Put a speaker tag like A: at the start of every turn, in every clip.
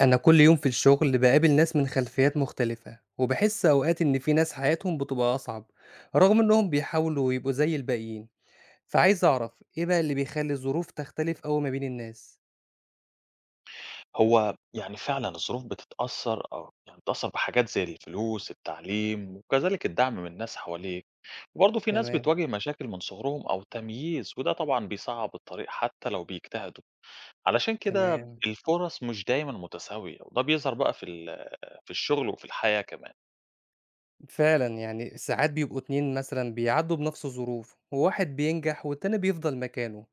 A: أنا كل يوم في الشغل بقابل ناس من خلفيات مختلفة وبحس أوقات إن في ناس حياتهم بتبقى أصعب رغم إنهم بيحاولوا يبقوا زي الباقيين، فعايز أعرف إيه بقى اللي بيخلي الظروف تختلف أوي ما بين الناس.
B: هو يعني فعلًا الظروف بتتأثّر يعني بتتأثّر بحاجات زي الفلوس، التعليم، وكذلك الدعم من الناس حواليك، وبرضه في ناس
A: تمام
B: بتواجه مشاكل من صغرهم أو تمييز، وده طبعًا بيصعّب الطريق حتى لو بيجتهدوا، علشان كده
A: تمام.
B: الفُرَص مش دايمًا متساوية، وده بيظهر بقى في الشغل وفي الحياة كمان.
A: فعلا يعني ساعات بيبقوا اتنين مثلا بيعدوا بنفس الظروف وواحد بينجح والتاني بيفضل مكانه،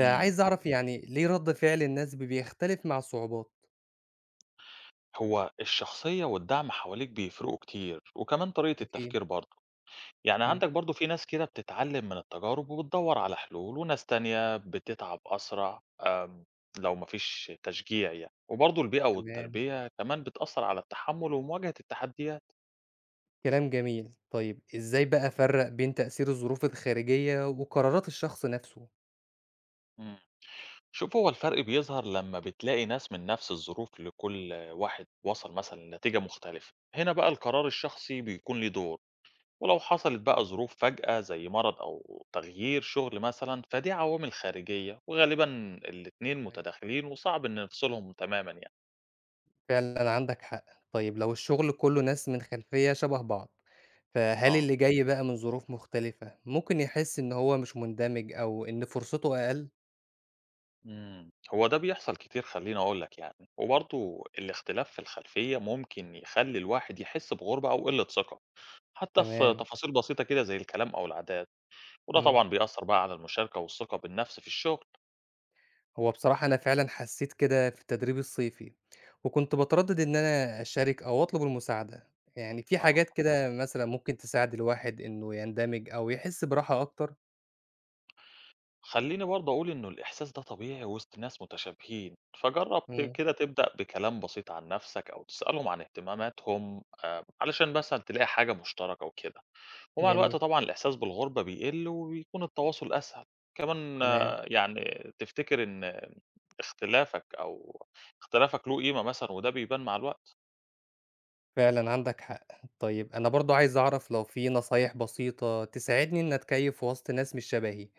B: إمم،
A: أعرف يعني ليه رد فعل الناس بيختلف مع الصعوبات.
B: هو الشخصية والدعم حواليك بيفرقوا كتير، وكمان طريقة
A: أكيد.
B: التفكير برضه. يعني
A: مم.
B: عندك برضو في ناس كده بتتعلم من التجارب وبتدور على حلول وناس تانية بتتعب أسرع. لو مفيش تشجيع يعني وبرضو البيئة
A: تمام.
B: والتربية كمان بتأثر على التحمل ومواجهة التحديات.
A: كلام جميل. طيب إزاي بقى أفرّق بين تأثير الظروف الخارجية وقرارات الشخص نَفْسه؟
B: مم. شوف، هو الفرق بيظهر لما بتلاقي ناس من نفس الظروف لكل واحد وصل مثلا لنتيجة مختلفة، هنا بقى القرار الشخصي بيكون ليه دور، ولو حصلت بقى ظروف فجأة زي مرض أو تغيير شغل مثلا فدي عوامل خارجية، وغالبا الاتنين
A: تمام.
B: متداخلين وصعب إن نفصلهم تماما يعني.
A: فعلًا عندك حق. طيب لو الشغل كُلّه ناس من خلفية شَبه بعض، فهل
B: اه
A: اللي جاي بقى من ظروف مختلفة ممكن يحس إن هو مش مندمج أو إن فرصته أقل؟
B: مم. هو ده بيحصل كتير، خليني أقول لك يعني، وبرضه الاختلاف في الخلفية ممكن يخلي الواحد يحس بغربة أو قلة ثقة حتى في
A: تمام.
B: تفاصيل بسيطة كده زي الكلام أو العادات، وده
A: إمم.
B: طبعا بيأثر بقى على المشاركة والثقة بالنفس في الشغل.
A: هو بصراحة أنا فعلًا حسّيت كده في التدريب الصيفي وكنت باتردّد إن أنا أشارك أو أطلب المساعدة. يعني في
B: اه
A: حاجات كده مثلًا ممكن تساعد الواحد إنه يندمج أو يحس براحة أكتر؟
B: خلّيني برضه أقول إنه الإحساس ده طبيعي وسط ناس متشابهين، فجرّب
A: إمم.
B: كده تبدأ بكلام بسيط عن نَفْسك أو تسألهم عن اهتماماتهم علشان مثلًا تلاقي حاجة مشتركة وكده، ومع الوقت
A: جميل،
B: طبعًا الإحساس بالغُربة بيقِل وبيكون التواصل أسهل، كمان
A: تمام،
B: يعني تفتكر إن اختلافك أو اختلافك له قيمة مثلًا وده بيبان مع الوقت.
A: فعلًا عندك حق. طيب أنا برضه عايز أعرف لو في نصايح بسيطة تساعدني إن أتكيّف في وسط ناس مش شبهي،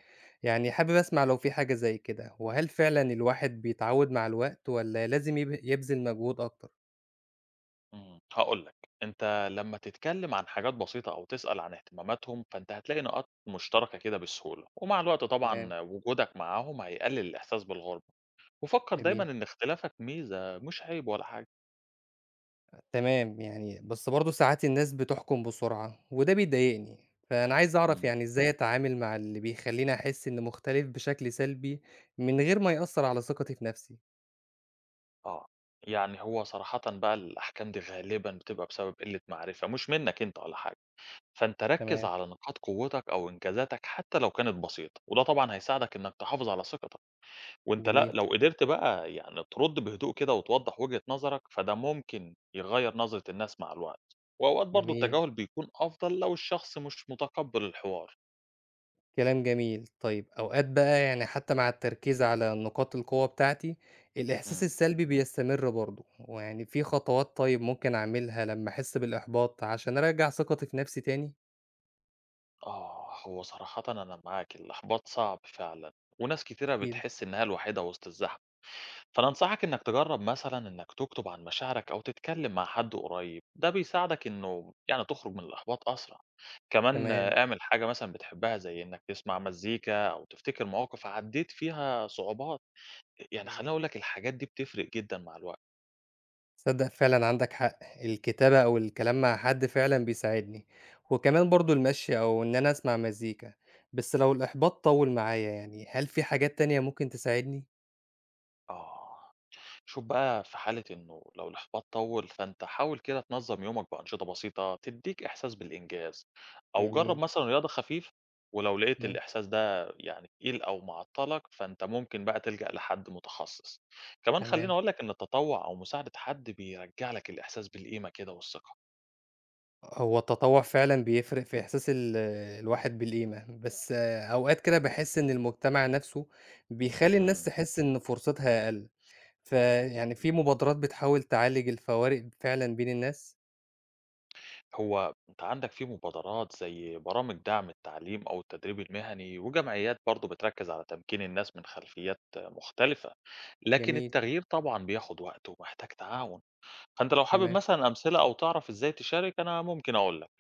A: يعني حابب أسمع لو في حاجة زي كده، وهل فعلًا الواحد بيتعوّد مع الوقت والّا لازم يبذل مجهود أكتر؟
B: هاقول لك، أنت لمّا تتكلم عن حاجات بسيطة أو تسأل عن اهتماماتهم، فأنت هتلاقي نقاط مشتركة كده بسهولة، ومع الوقت
A: تمام،
B: طبعًا وجودك معاهم هيقلل الإحساس بالغربة، وفكر دايمًا
A: جميل،
B: إن اختلافك ميزة مش عيب ولا حاجة.
A: تمام. يعني بس برضه ساعات الناس بتحكم بسرعة وده بيضايقني، فأنا عايز أعرف
B: إمم.
A: يعني إزاي أتعامل مع اللي بيخلّيني أحس إني مختلف بشكل سلبي من غير ما يأثّر على ثقتي في نفسي؟
B: آه، يعني هو صراحةً بقى الأحكام دي غالبًا بتبقى بسبب قلة معرفة مش منك أنت ولا حاجة، فأنت ركز
A: تمام،
B: على نقاط قوتك أو إنجازاتك حتى لو كانت بسيطة، وده طبعًا هيساعدك إنك تحافظ على ثقتك. وأنت لأ،
A: جميل،
B: لو قدرت بقى يعني ترُد بهدوء كده وتوضّح وجهة نظرك، فده ممكن يغيّر نظرة الناس مع الوقت، وأوقات برضه
A: جميل.
B: التجاهل بيكون أفضل لو الشخص مش متقبّل الحوار.
A: كلام جميل. طيب أوقات بقى يعني حتّى مع التركيز على نقاط القوة بتاعتي، الإحساس
B: إمم.
A: السلبي بيستمر برضه، ويعني في خطوات طيب ممكن أعملها لمّا أحس بالإحباط عشان أرجّع ثقتي في نفسي تاني؟
B: آه، هو صراحةً أنا معاك، الإحباط صعب فعلًا وناس كتيرة
A: أكيد.
B: بتحس إنها الوحيدة وسط الزحمة. فأنا أنصحك إنك تجرب مثلًا إنك تكتب عن مشاعرك أو تتكلم مع حد قريب، ده بيساعدك إنه يعني تخرج من الإحباط أسرع، كمان
A: تمام،
B: اعمل حاجة مثلًا بتحبها زي إنك تسمع مزيكا أو تفتكر مواقف عديت فيها صعوبات، يعني خليني
A: جميل.
B: أقول لك الحاجات دي بتفرق جدًا مع الوقت.
A: تصدّق فعلًا عندك حق، الكتابة أو الكلام مع حد فعلًا بيساعدني، وكمان برضه المشي أو إن أنا أسمع مزيكا. بس لو الإحباط طوّل معايا يعني، هل في حاجات تانية ممكن تساعدني؟
B: آه. شوف بقى، في حالة إنه لو الإحباط طول فأنت حاول كده تنظم يومك بأنشطة بسيطة تديك إحساس بالإنجاز، أو جرب
A: جميل،
B: مثلا رياضة خفيفة، ولو لقيت
A: إمم،
B: الإحساس ده يعني تقيل أو معطلك فأنت ممكن بقى تلجأ لحد متخصص. كمان خليني
A: تمام.
B: أقولك إن التطوع أو مساعدة حد بيرجع لك الإحساس بالقيمة كده والثقة.
A: هو التطوع فعلًا بيفرق في إحساس الواحد بالقيمة، بس أوقات كده باحس إن المجتمع نفسه بيخلّي الناس
B: مم.
A: تحس إن فرصتها أقل، فيعني في مبادرات بتحاول تعالج الفوارق فعلًا بين الناس؟
B: هو أنت عندك في مبادرات زي برامج دعم التعليم أو التدريب المهني وجمعيات برضو بتركز على تمكين الناس من خلفيات مختلفة، لكن
A: جميل،
B: التغيير طبعا بياخد وقت ومحتاج تعاون، فأنت لو حابب
A: تمام.
B: مثلا أمثلة أو تعرف إزاي تشارك أنا ممكن أقول لك.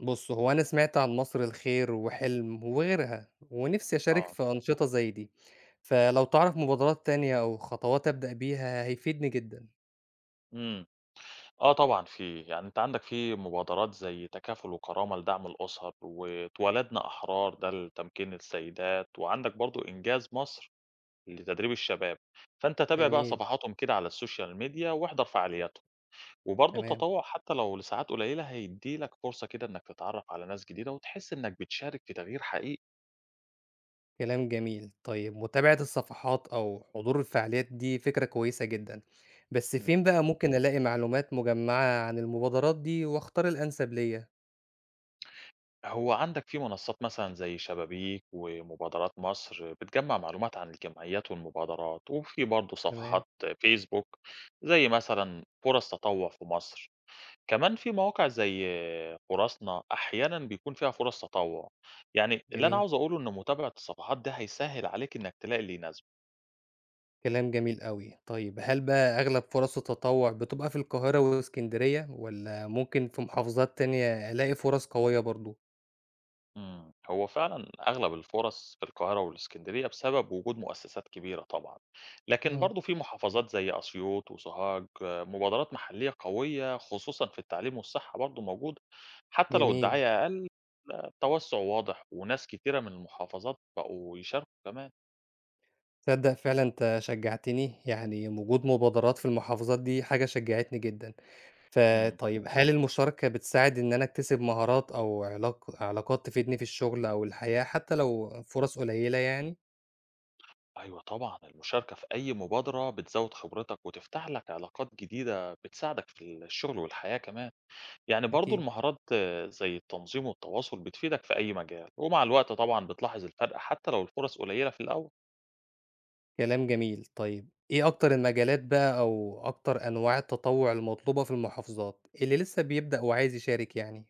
A: بُص، هو أنا سمعت عن مصر الخير وحلم وغيرها، ونفسي أشارك
B: آه
A: في أنشطة زي دي، فلو تعرف مبادرات تانية أو خطوات أبدأ بيها هيفيدني جدًا.
B: امم اه طبعا في، يعني انت عندك في مبادرات زي تكافل وكرامه لدعم الاسر واتولدنا احرار ده لتمكين السيدات، وعندك برضو انجاز مصر لتدريب الشباب، فانت تابع بقى
A: جميل،
B: صفحاتهم كده على السوشيال ميديا واحضر فعالياتهم، وبرضه
A: تمام.
B: التطوع حتى لو لساعات قليلة هيديلك فرصة كده انك تتعرف على ناس جديدة وتحس انك بتشارك في تغيير حقيقي.
A: كلام جميل. طيب متابعة الصفحات أو حضور الفعاليات دي فكرة كويسة جدًا، بس فين
B: مم.
A: بقى ممكن ألاقي معلومات مجمّعة عن المبادرات دي واختار الأنسب ليّا؟
B: هو عندك في منصات مثلا زي شبابيك ومبادرات مصر بتجمع معلومات عن الجمعيات والمبادرات، وفي برضه
A: تمام،
B: صفحات فيسبوك زي مثلا فرص تطوع في مصر، كمان في مواقع زي فرصنا أحيانًا بيكون فيها فرص تطوّع، يعني اللي أنا
A: جميل،
B: عاوز أقوله إن متابعة الصفحات ده هيسهّل عليك إنك تلاقي اللي يناسبك.
A: كلام جميل أوي. طيب هل بقى أغلب فرص التطوع بتبقى في القاهرة وإسكندرية والّا ممكن في محافظات تانية ألاقي فرص قوية برضه؟
B: هو فعلًا أغلب الفرص في القاهرة والإسكندرية بسبب وجود مؤسسات كبيرة طبعًا، لكن
A: إمم،
B: برضه في محافظات زي أسيوط وسوهاج مبادرات محلية قوية خصوصًا في التعليم والصحة برضه موجودة، حتى لو
A: جميل.
B: الدعاية أقل. التوسُّع واضح وناس كتيرة من المحافظات بقوا يشاركوا كمان.
A: تصدق فعلًا أنت شجّعتني، يعني وجود مبادرات في المحافظات دي حاجة شجّعتني جدًا.
B: إمم.
A: فطيب هل المشاركة بتساعد إن أنا أكتسب مهارات أو علاقات تفيدني في الشغل أو الحياة حتى لو فرص قليلة يعني؟
B: أيوه طبعًا، المشاركة في أي مبادرة بتزوّد خبرتك وتفتح لك علاقات جديدة بتساعدك في الشغل والحياة كمان، يعني برضه
A: أكيد،
B: المهارات زي التنظيم والتواصل بتفيدك في أي مجال، ومع الوقت طبعًا بتلاحظ الفرق حتى لو الفرص قليلة في الأول.
A: كلام جميل. طيب إيه أكتر المجالات بقى أو أكتر أنواع التطوع المطلوبة في المحافظات اللي لسه بيبدأ وعايز يشارك يعني؟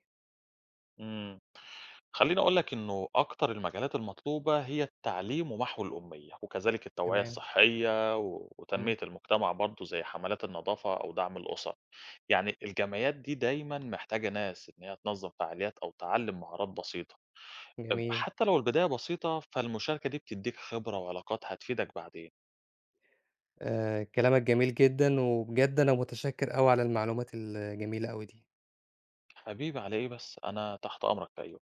B: إمم. خلّيني أقول لك إنه أكتر المجالات المطلوبة هي التعليم ومحو الأمية، وكذلك التوعية
A: تمام،
B: الصحية و
A: إمم،
B: وتنمية المجتمع برضه زي حملات النضافة أو دعم الأسر. يعني الجمعيات دي دايمًا محتاجة ناس إن هي تنظم فعاليات أو تعلِّم مهارات بسيطة.
A: جميل.
B: حتى لو البداية بسيطة، فالمشاركة دي بتدّيك خبرة وعلاقات هتفيدك بعدين.
A: كلامك جميل جدًا، وبجد أنا متشكر أوي على المعلومات الجميلة أوي دي.
B: حبيبي على إيه بس، أنا تحت أمرك في أي